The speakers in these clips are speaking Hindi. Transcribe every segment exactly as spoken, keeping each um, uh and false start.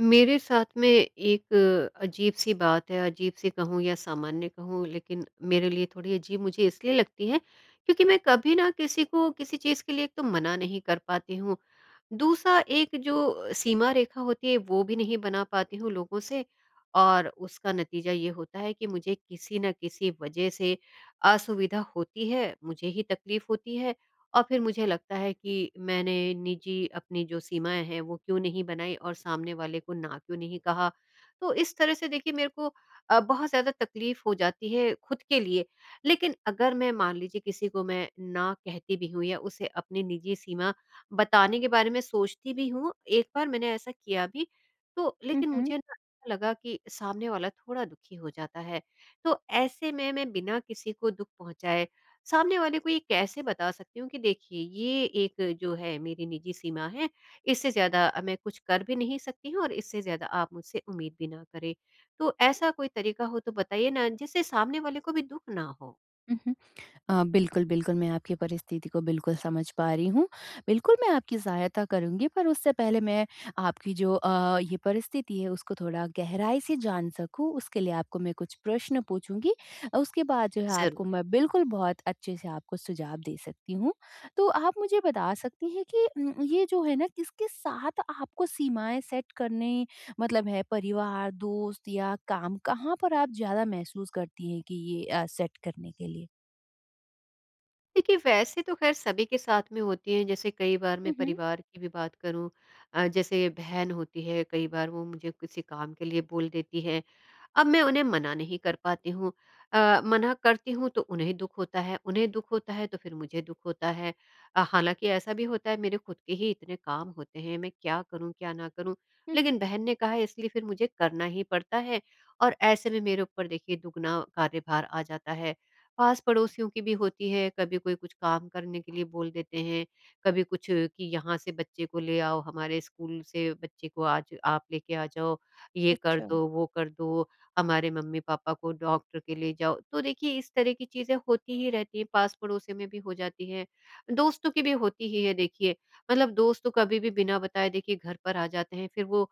मेरे साथ में एक अजीब-सी बात है, अजीब-सी कहूँ या सामान्य कहूँ लेकिन मेरे लिए थोड़ी अजीब मुझे इसलिए लगती है, क्योंकि मैं कभी ना किसी को किसी चीज़ के लिए एक तो मना नहीं कर पाती हूँ। दूसरा एक जो सीमा रेखा होती है वो भी नहीं बना पाती हूँ लोगों से और उसका नतीजा ये होता है कि मुझे किसी न किसी वजह से असुविधा होती है, मुझे ही तकलीफ़ होती है और फिर मुझे लगता है कि मैंने निजी अपनी जो सीमाएँ हैं वो क्यों नहीं बनाई और सामने वाले को ना क्यों नहीं कहा। तो इस तरह से देखिए मेरे को अ, बहुत ज़्यादा तकलीफ़ हो जाती है खुद के लिए। लेकिन अगर मैं मान लीजिए किसी को मैं ना कहती भी हूँ या उसे अपनी निजी सीमा बताने के बारे में सोचती भी हूँ, एक बार मैंने ऐसा किया भी तो लेकिन Mm-hmm, मुझे ना ऐसा लगा कि सामने वाला थोड़ा दुखी हो जाता है। तो ऐसे में मैं बिना किसी को दुःख पहुँचाए सामने वाले को ये कैसे बता सकती हूँ कि देखिए ये एक जो है मेरी निजी सीमा है, इससे ज़्यादा अ, मैं कुछ कर भी नहीं सकती हूँ और इससे ज़्यादा आप मुझसे उम्मीद भी ना करें। तो ऐसा कोई तरीका हो तो बताइए ना जिससे सामने वाले को भी दुःख ना हो? mm-hmm। अ, बिल्कुल, बिल्कुल, मैं आपकी परिस्थिति को बिल्कुल समझ पा रही हूँ। बिल्कुल, मैं आपकी सहायता करूँगी पर उससे पहले मैं आपकी जो अ, ये परिस्थिति है उसको थोड़ा गहराई से जान सकूँ उसके लिए आपको मैं कुछ प्रश्न पूछूँगी। अ, उसके बाद जो है आपको ज़रूर। मैं बिल्कुल बहुत अच्छे से आपको सुझाव दे सकती हूँ। तो आप मुझे बता सकती हैं कि उम, ये जो है ना किसके साथ आपको सीमाएँ सेट करने मतलब है परिवार, दोस्त या काम कहाँ पर आप ज़्यादा महसूस करती हैं कि ये अ, सेट करने के लिए? देखिए वैसे तो ख़ैर सभी के साथ में होती हैं जैसे कई बार मैं हुँ, हुँ। परिवार की भी बात करूँ। अ, जैसे बहन होती है कई बार वो मुझे किसी काम के लिए बोल देती है, अब मैं उन्हें मना नहीं कर पाती हूँ। अ, मना करती हूँ तो उन्हें दुख होता है, उन्हें दुख होता है तो फिर मुझे दुख होता है। अ, हालांकि ऐसा भी होता है मेरे खुद के ही इतने काम होते हैं मैं क्या करूँ क्या ना करूँ, हुँ, हुँ। लेकिन बहन ने कहा है इसलिए फिर मुझे करना ही पड़ता है और ऐसे में मेरे ऊपर देखिए दुगना कार्यभार आ जाता है। पास पड़ोसियों की भी होती है, कभी कोई कुछ काम करने के लिए बोल देते हैं, कभी कुछ कि यहाँ से बच्चे को ले आओ, हमारे स्कूल से बच्चे को आज आप लेके आ जाओ, ये कर अच्छा। दो वो कर दो, हमारे मम्मी-पापा को डॉक्टर के ले जाओ। तो देखिए इस तरह की चीज़ें होती ही रहती हैं, पास-पड़ोसियों में भी हो जाती हैं, दोस्तों की भी होती ही है देखिए। मतलब दोस्त तो कभी भी बिना बताए देखिए घर पर आ जाते हैं, फिर वो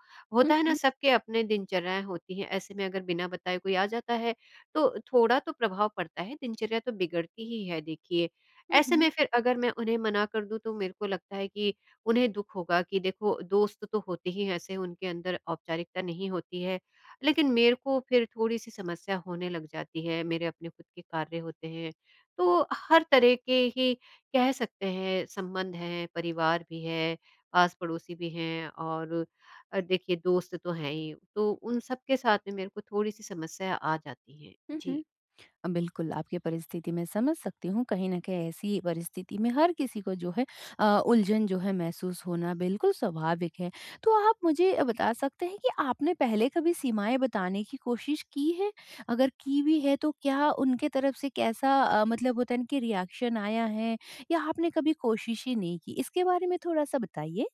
हुँ, होता है ना हुँ। सबके अपने दिनचर्याएँ होती हैं, ऐसे में अगर बिना बताए कोई आ जाता है, तो थोड़ा तो प्रभाव पड़ता है, दिनचर्या तो बिगड़ती ही है देखिए। हुँ, ऐसे में हुँ। फिर अगर मैं उन्हें मना कर दूँ तो मेरे को लगता है कि उन्हें दुःख होगा कि देखो दोस्त तो होते ही हैं ऐसे, उनके अंदर औपचारिकता नहीं होती है। लेकिन मेरे को फिर थोड़ी-सी समस्या होने लग जाती है, मेरे अपने खुद के कार्य होते हैं। तो हर तरह के ही कह सकते हैं संबंध हैं, परिवार भी है, पास-पड़ोसी भी हैं और अ, देखिए दोस्त तो हैं ही, तो उन सब के साथ में मेरे को थोड़ी-सी समस्या आ जाती है। हुँ, जी। हुँ। अ, बिल्कुल आपकी परिस्थिति मैं समझ सकती हूँ। कहीं न कहीं ऐसी परिस्थिति में हर किसी को जो है अ, उलझन जो है महसूस होना बिल्कुल स्वाभाविक है। तो आप मुझे अ, बता सकते हैं कि आपने पहले कभी सीमाएँ बताने की कोशिश की है? अगर की भी है तो क्या उनके तरफ से कैसा अ, मतलब होता है ना कि रिएक्शन आया है या आपने कभी कोशिश ही नहीं की? इसके बारे में थोड़ा-सा बताइए?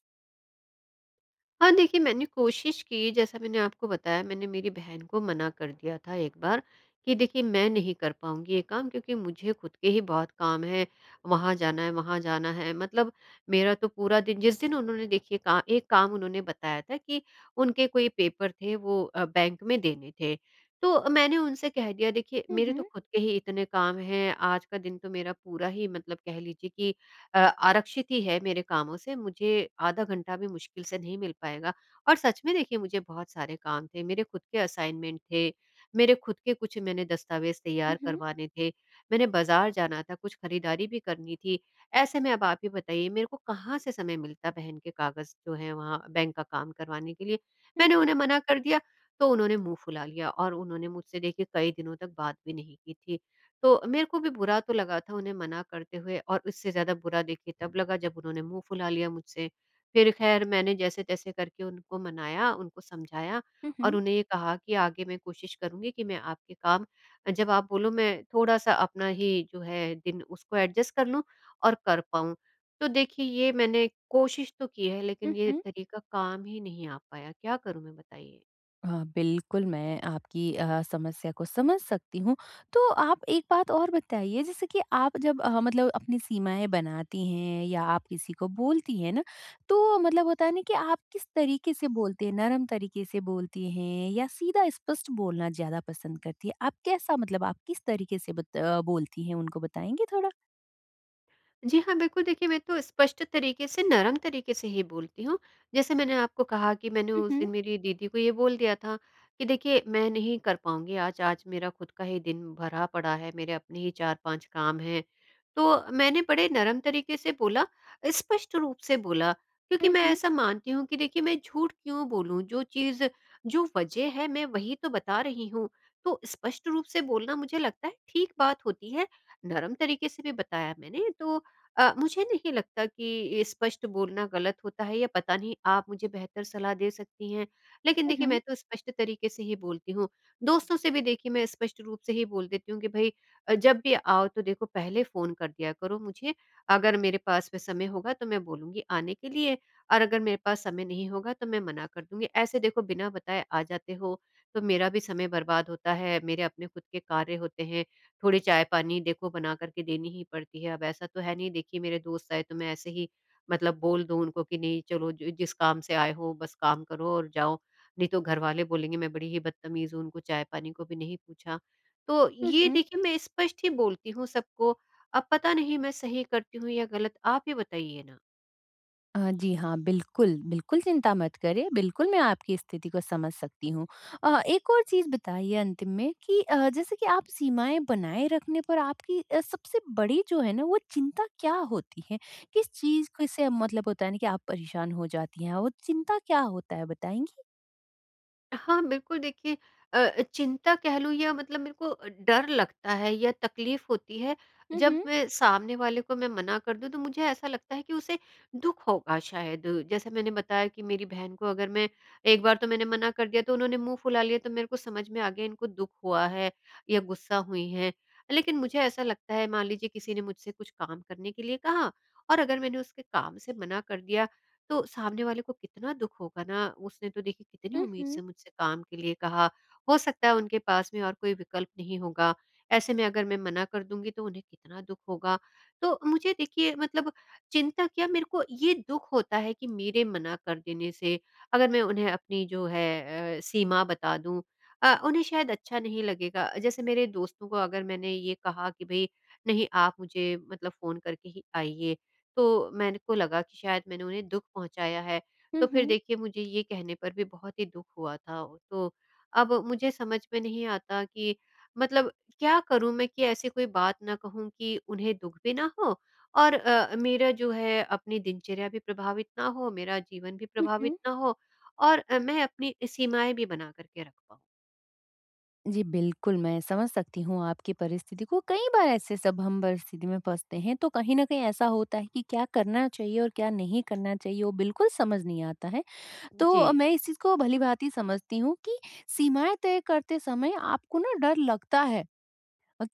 हाँ, देखिए मैंने कोशिश की, जैसा मैंने आपको बताया मैंने मेरी बहन को मना कर दिया था एक बार कि देखिए मैं नहीं कर पाऊँगी ये काम क्योंकि मुझे खुद के ही बहुत काम है, वहाँ जाना है, वहाँ जाना है, मतलब मेरा तो पूरा दिन, जिस दिन उन्होंने देखिए का एक काम उन्होंने बताया था कि उनके कोई पेपर थे वो अ, बैंक में देने थे। तो मैंने उनसे कह दिया देखिए हुँ, मेरे तो हुँ। खुद के ही इतने काम हैं, आज का दिन तो मेरा पूरा ही मतलब कह लीजिए कि अ, आरक्षित ही है मेरे कामों से, मुझे आधा घंटा भी मुश्किल से नहीं मिल पाएगा। और सच में देखिए मुझे बहुत सारे काम थे, मेरे खुद के असाइनमेंट थे, मेरे खुद के कुछ मैंने दस्तावेज़ हुँ, तैयार हुँ। करवाने थे, मैंने बाज़ार जाना था, कुछ खरीदारी भी करनी थी। ऐसे में अब आप ही बताइए मेरे को कहाँ से समय मिलता बहन के कागज़ जो हैं वहाँ बैंक का काम करवाने के लिए। हुँ, मैंने हुँ। उन्हें मना कर दिया, तो उन्होंने मुँह फुला लिया और उन्होंने मुझसे देखिए कई दिनों तक बात भी नहीं की थी। तो मेरे को भी बुरा तो लगा था उन्हें मना करते हुए और उससे ज़्यादा बुरा देखिए तब लगा जब उन्होंने मुँह फुला लिया मुझसे। फिर ख़ैर मैंने जैसे-तैसे करके उनको मनाया, उनको समझाया हुँ, और हुँ। उन्हें ये कहा कि आगे मैं कोशिश करूँगी कि मैं आपके काम जब आप बोलो मैं थोड़ा-सा अपना ही जो है दिन उसको एडजस्ट कर लूँ और कर पाऊँ। तो देखिए ये मैंने कोशिश तो की है लेकिन हुँ, ये हुँ। तरीका काम ही नहीं आ पाया, क्या करूँ मैं बताइए? हाँ, बिल्कुल मैं आपकी अ, समस्या को समझ सकती हूँ। तो आप एक बात और बताइए जैसे कि आप जब अ, मतलब अपनी सीमाएँ बनाती हैं या आप किसी को बोलती हैं ना, तो मतलब होता है ना कि आप किस तरीके से बोलती हैं? नरम तरीके से बोलती हैं या सीधा स्पष्ट बोलना ज़्यादा पसंद करती हैं? आप कैसा मतलब आप किस तरीके से बत अ, बोलती हैं उनको बताएँगी थोड़ा? जी हाँ, बिल्कुल देखिए मैं तो स्पष्ट तरीके से, नरम तरीके से ही बोलती हूँ। जैसे मैंने आपको कहा कि मैंने हुँ, उस हुँ। दिन मेरी दीदी को ये बोल दिया था कि देखिए मैं नहीं कर पाऊँगी आज, आज मेरा खुद का ही दिन भरा पड़ा है, मेरे अपने ही चार पाँच काम हैं। तो मैंने बड़े नरम तरीके से बोला, स्पष्ट रूप से बोला, क्योंकि हुँ, मैं हुँ। ऐसा मानती हूँ कि देखिए मैं झूठ क्यों बोलूँ? जो चीज़, जो वजह है मैं वही तो बता रही हूँ। तो स्पष्ट रूप से बोलना मुझे लगता है ठीक बात होती है। नरम तरीके से भी बताया मैंने तो अ, मुझे नहीं लगता कि ये स्पष्ट बोलना गलत होता है, या पता नहीं आप मुझे बेहतर सलाह दे सकती हैं। लेकिन हुँ, देखिए मैं हुँ। तो स्पष्ट तरीके से ही बोलती हूँ। दोस्तों से भी देखिए मैं स्पष्ट रूप से ही बोल देती हूँ कि भई अ, जब भी आओ तो देखो पहले फ़ोन कर दिया करो मुझे। अगर मेरे पास में समय होगा तो मैं बोलूँगी आने के लिए और अगर मेरे पास समय नहीं होगा तो मैं मना कर दूँगी। ऐसे देखो बिना बताए आ जाते हो तो मेरा भी समय बर्बाद होता है, मेरे अपने खुद के कार्य होते हैं। थोड़ी चाय-पानी देखो बना कर के देनी ही पड़ती है। अब ऐसा तो है नहीं देखिए मेरे दोस्त आए तो मैं ऐसे ही मतलब बोल दूँ उनको कि नहीं चलो ज जिस काम से आए हो बस काम करो और जाओ। नहीं तो घरवाले बोलेंगे मैं बड़ी ही बदतमीज़ हूँ उनको चाय-पानी को भी नहीं पूछा। तो हुँ, ये हुँ। देखिए मैं स्पष्ट ही बोलती हूँ सबको। अब पता नहीं मैं सही करती हूँ या गलत, आप ही बताइए ना? अ, जी हाँ, बिल्कुल, बिल्कुल चिंता मत करिए, बिल्कुल मैं आपकी स्थिति को समझ सकती हूँ। अ, एक और चीज़ बताइए अंतिम में कि अ, जैसे कि आप सीमाएँ बनाए रखने पर आपकी अ, सबसे बड़ी जो है ना वो चिंता क्या होती है? किस चीज़ क से मतलब होता है ना कि आप परेशान हो जाती हैं और चिंता क्या होता है बताएँगी? हाँ, बिल्कुल देखिए अ, चिंता कह लूँ या मतलब मेरे को डर लगता है या तकलीफ़ होती है, हुँ, जब हुँ। मैं सामने वाले को मैं मना कर दूँ तो मुझे ऐसा लगता है कि उसे दुःख होगा शायद। जैसे मैंने बताया कि मेरी बहन को अगर मैं एक बार तो मैंने मना कर दिया तो उन्होंने मुँह फुला लिया तो मेरे को समझ में आ गया इनको दुःख हुआ है या गुस्सा हुई हैं। लेकिन मुझे ऐसा लगता है मान लीजिए किसी ने मुझसे कुछ काम करने के लिए कहा और अगर मैंने उसके काम से मना कर दिया तो सामने वाले को कितना दुख होगा ना, उसने तो देखिए कितनी हुँ, उम्मीद से हुँ। मुझसे काम के लिए कहा, हो सकता है उनके पास में और कोई विकल्प नहीं होगा, ऐसे में अगर मैं मना कर दूंगी तो उन्हें कितना दुख होगा। तो मुझे देखिए मतलब चिंता क्या, मेरे को ये दुख होता है कि मेरे मना कर देने से, अगर मैं उन्हें अपनी जो है अ, सीमा बता दूं अ, उन्हें शायद अच्छा नहीं लगेगा। जैसे मेरे दोस्तों को अगर मैंने ये कहा कि भाई नहीं आप मुझे मतलब फोन करके ही आइए, तो मेरे को लगा कि शायद मैंने उन्हें दुःख पहुँचाया है। हुँ, तो फिर हुँ। देखिए मुझे ये कहने पर भी बहुत ही दुःख हुआ था। तो अब मुझे समझ में नहीं आता कि मतलब क्या करूँ मैं कि ऐसी कोई बात ना कहूँ कि उन्हें दुःख भी ना हो और अ, मेरा जो है अपनी दिनचर्या भी प्रभावित ना हो, मेरा जीवन भी हुँ, प्रभावित हुँ। ना हो और अ, मैं अपनी सीमाएँ भी बना कर के रख पाऊँ। जी, बिल्कुल, मैं समझ सकती हूँ आपकी परिस्थिति को। कई बार ऐसे सब हम परिस्थिति में फँसते हैं, तो कहीं न कहीं ऐसा होता है कि क्या करना चाहिए और क्या नहीं करना चाहिए, वो बिल्कुल समझ नहीं आता है। जी। तो मैं इस चीज़ को भली-भाँति समझती हूँ कि सीमाएँ तय करते समय आपको ना डर लगता है।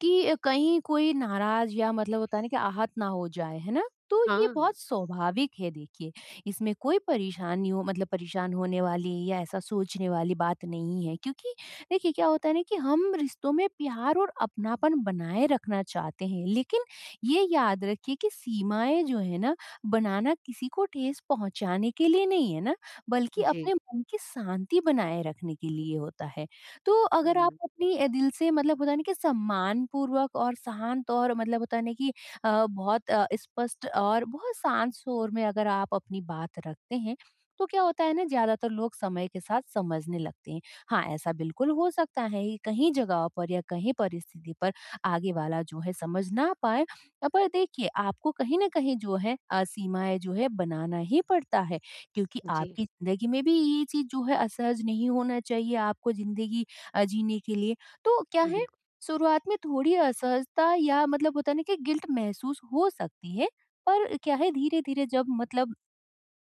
कि कहीं कोई नाराज या मतलब होता है ना कि आहत ना हो जाए है ना। तो ये हाँ। बहुत स्वाभाविक है, देखिए इसमें कोई परेशानी हो मतलब परेशान होने वाली या ऐसा सोचने वाली बात नहीं है, क्योंकि देखिए क्या होता है ना कि हम रिश्तों में प्यार और अपनापन बनाए रखना चाहते हैं, लेकिन ये याद रखिए कि सीमाएं जो है ना बनाना किसी को ठेस पहुंचाने के लिए नहीं है ना, बल्कि जी। अपने मन की शांति बनाए रखने के लिए होता है। तो अगर आप हुँ। अपनी अ, दिल से मतलब होता है ना कि सम्मानपूर्वक और शांत और मतलब होता है ना कि अ, बहुत अ, स्पष्ट और बहुत शांत शोर में अगर आप अपनी बात रखते हैं, तो क्या होता है ना ज्यादातर लोग समय के साथ समझने लगते हैं। हाँ, ऐसा बिल्कुल हो सकता है कि कहीं जगह पर या कहीं परिस्थिति पर आगे वाला जो है समझ ना पाए, अ, पर देखिए आपको कहीं ना कहीं जो है अ, सीमाएं जो है बनाना ही पड़ता है, क्योंकि जी। आपकी जिंदगी में भी ये चीज जो है असहज नहीं होना चाहिए, आपको जिंदगी अ, जीने के लिए। तो क्या है, बिल्कुल। शुरुआत में थोड़ी असहजता या मतलब होता है ना कि गिल्ट महसूस हो सकती है। पर क्या है धीरे-धीरे जब मतलब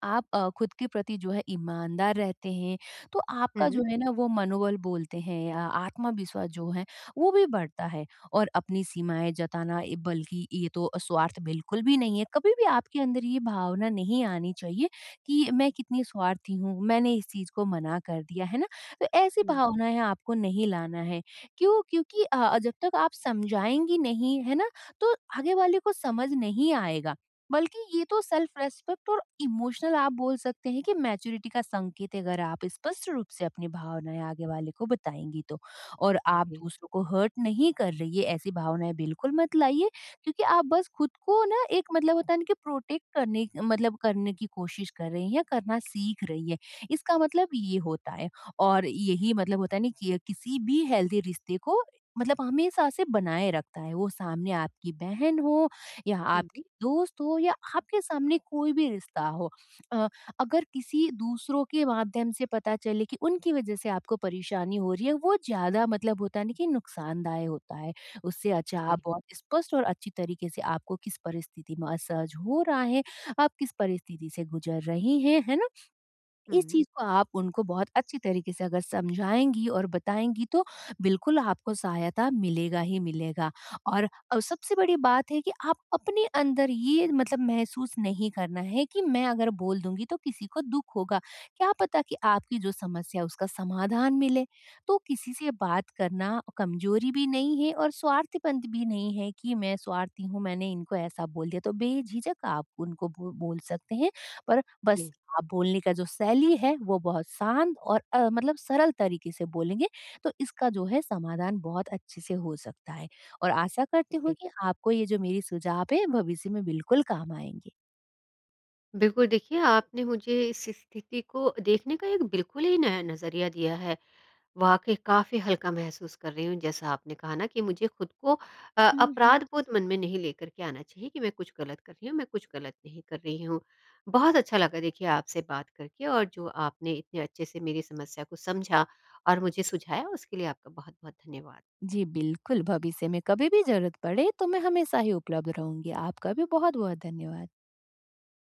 आप अ, खुद के प्रति जो है ईमानदार रहते हैं, तो हुँ, आपका हुँ। जो है ना वो मनोबल बोलते हैं, अ, आत्मविश्वास जो है वो भी बढ़ता है। और अपनी सीमाएँ जताना ए, बल्कि ये तो स्वार्थ बिल्कुल भी नहीं है। कभी भी आपके अंदर ये भावना नहीं आनी चाहिए कि मैं कितनी स्वार्थी हूँ, मैंने इस चीज़ को मना कर दिया, है ना? तो ऐसी हुँ। भावनाएँ आपको नहीं लाना है। क्यों? क्योंकि अ, जब तक आप समझाएँगी नहीं, है ना, तो आगे वाले को समझ नहीं आएगा। बल्कि ये तो सेल्फ रेस्पेक्ट और इमोशनल आप बोल सकते हैं कि मैच्योरिटी का संकेत है, अगर आप स्पष्ट रूप से अपनी भावनाएं आगे वाले को बताएंगी तो। और आप जी। दूसरों को हर्ट नहीं कर रही है, ऐसी भावनाएं बिल्कुल मत लाइए, क्योंकि आप बस खुद को ना एक मतलब होता है ना कि प्रोटेक्ट करने मतलब करने की कोशिश कर रही है, करना सीख रही है, इसका मतलब ये होता है। और यही मतलब होता है ना कि किसी भी हेल्दी रिश्ते को मतलब हमेशा से बनाए रखता है, वो सामने आपकी बहन हो या हुँ, आपके हुँ। दोस्त हो या आपके सामने कोई भी रिश्ता हो। अ, अगर किसी दूसरों के माध्यम से पता चले कि उनकी वजह से आपको परेशानी हो रही है, वो ज्यादा मतलब होता है ना कि नुकसानदायक होता है। उससे अच्छा जी। आप बहुत स्पष्ट और अच्छी तरीके से आपको किस परिस्थिति में असहज हो रहा है, आप किस परिस्थिति से गुजर रही हैं, है ना, इस हुँ। चीज़ को आप उनको बहुत अच्छी तरीके से अगर समझाएँगी और बताएँगी तो बिल्कुल आपको सहायता मिलेगा ही मिलेगा। और अ, सबसे बड़ी बात है कि आप अपने अंदर ये मतलब महसूस नहीं करना है कि मैं अगर बोल दूँगी तो किसी को दुःख होगा। क्या पता कि आपकी जो समस्या है उसका समाधान मिले। तो किसी से बात करना कमज़ोरी भी नहीं है और स्वार्थीपन भी नहीं है कि मैं स्वार्थी हूँ, मैंने इनको ऐसा बोल दिया। तो बेझिझक आप उनको बो बोल सकते हैं। पर बस जी। आप बोलने का जो शैली है वो बहुत शांत और अ, मतलब सरल तरीके से बोलेंगे तो इसका जो है समाधान बहुत अच्छे से हो सकता है। और आशा करती हूँ जी, कि आपको ये जो मेरी सुझाव है भविष्य में बिल्कुल काम आएँगे। बिल्कुल देखिए आपने मुझे इस स्थिति को देखने का एक बिल्कुल ही नया नज़रिया दिया है। वाक़ई काफ़ी हल्का महसूस कर रही हूँ, जैसा आपने कहा ना कि मुझे खुद को अ, हुँ, हुँ। अपराध बोध मन में नहीं लेकर के आना चाहिए कि मैं कुछ गलत कर रही हूँ, मैं कुछ गलत नहीं कर रही हूँ। बहुत अच्छा लगा देखिए आपसे बात करके, और जो आपने इतने अच्छे से मेरी समस्या को समझा और मुझे सुझाया उसके लिए आपका बहुत-बहुत धन्यवाद। जी, बिल्कुल भविष्य में कभी भी ज़रूरत पड़े तो मैं हमेशा ही उपलब्ध रहूँगी। आपका भी बहुत-बहुत धन्यवाद।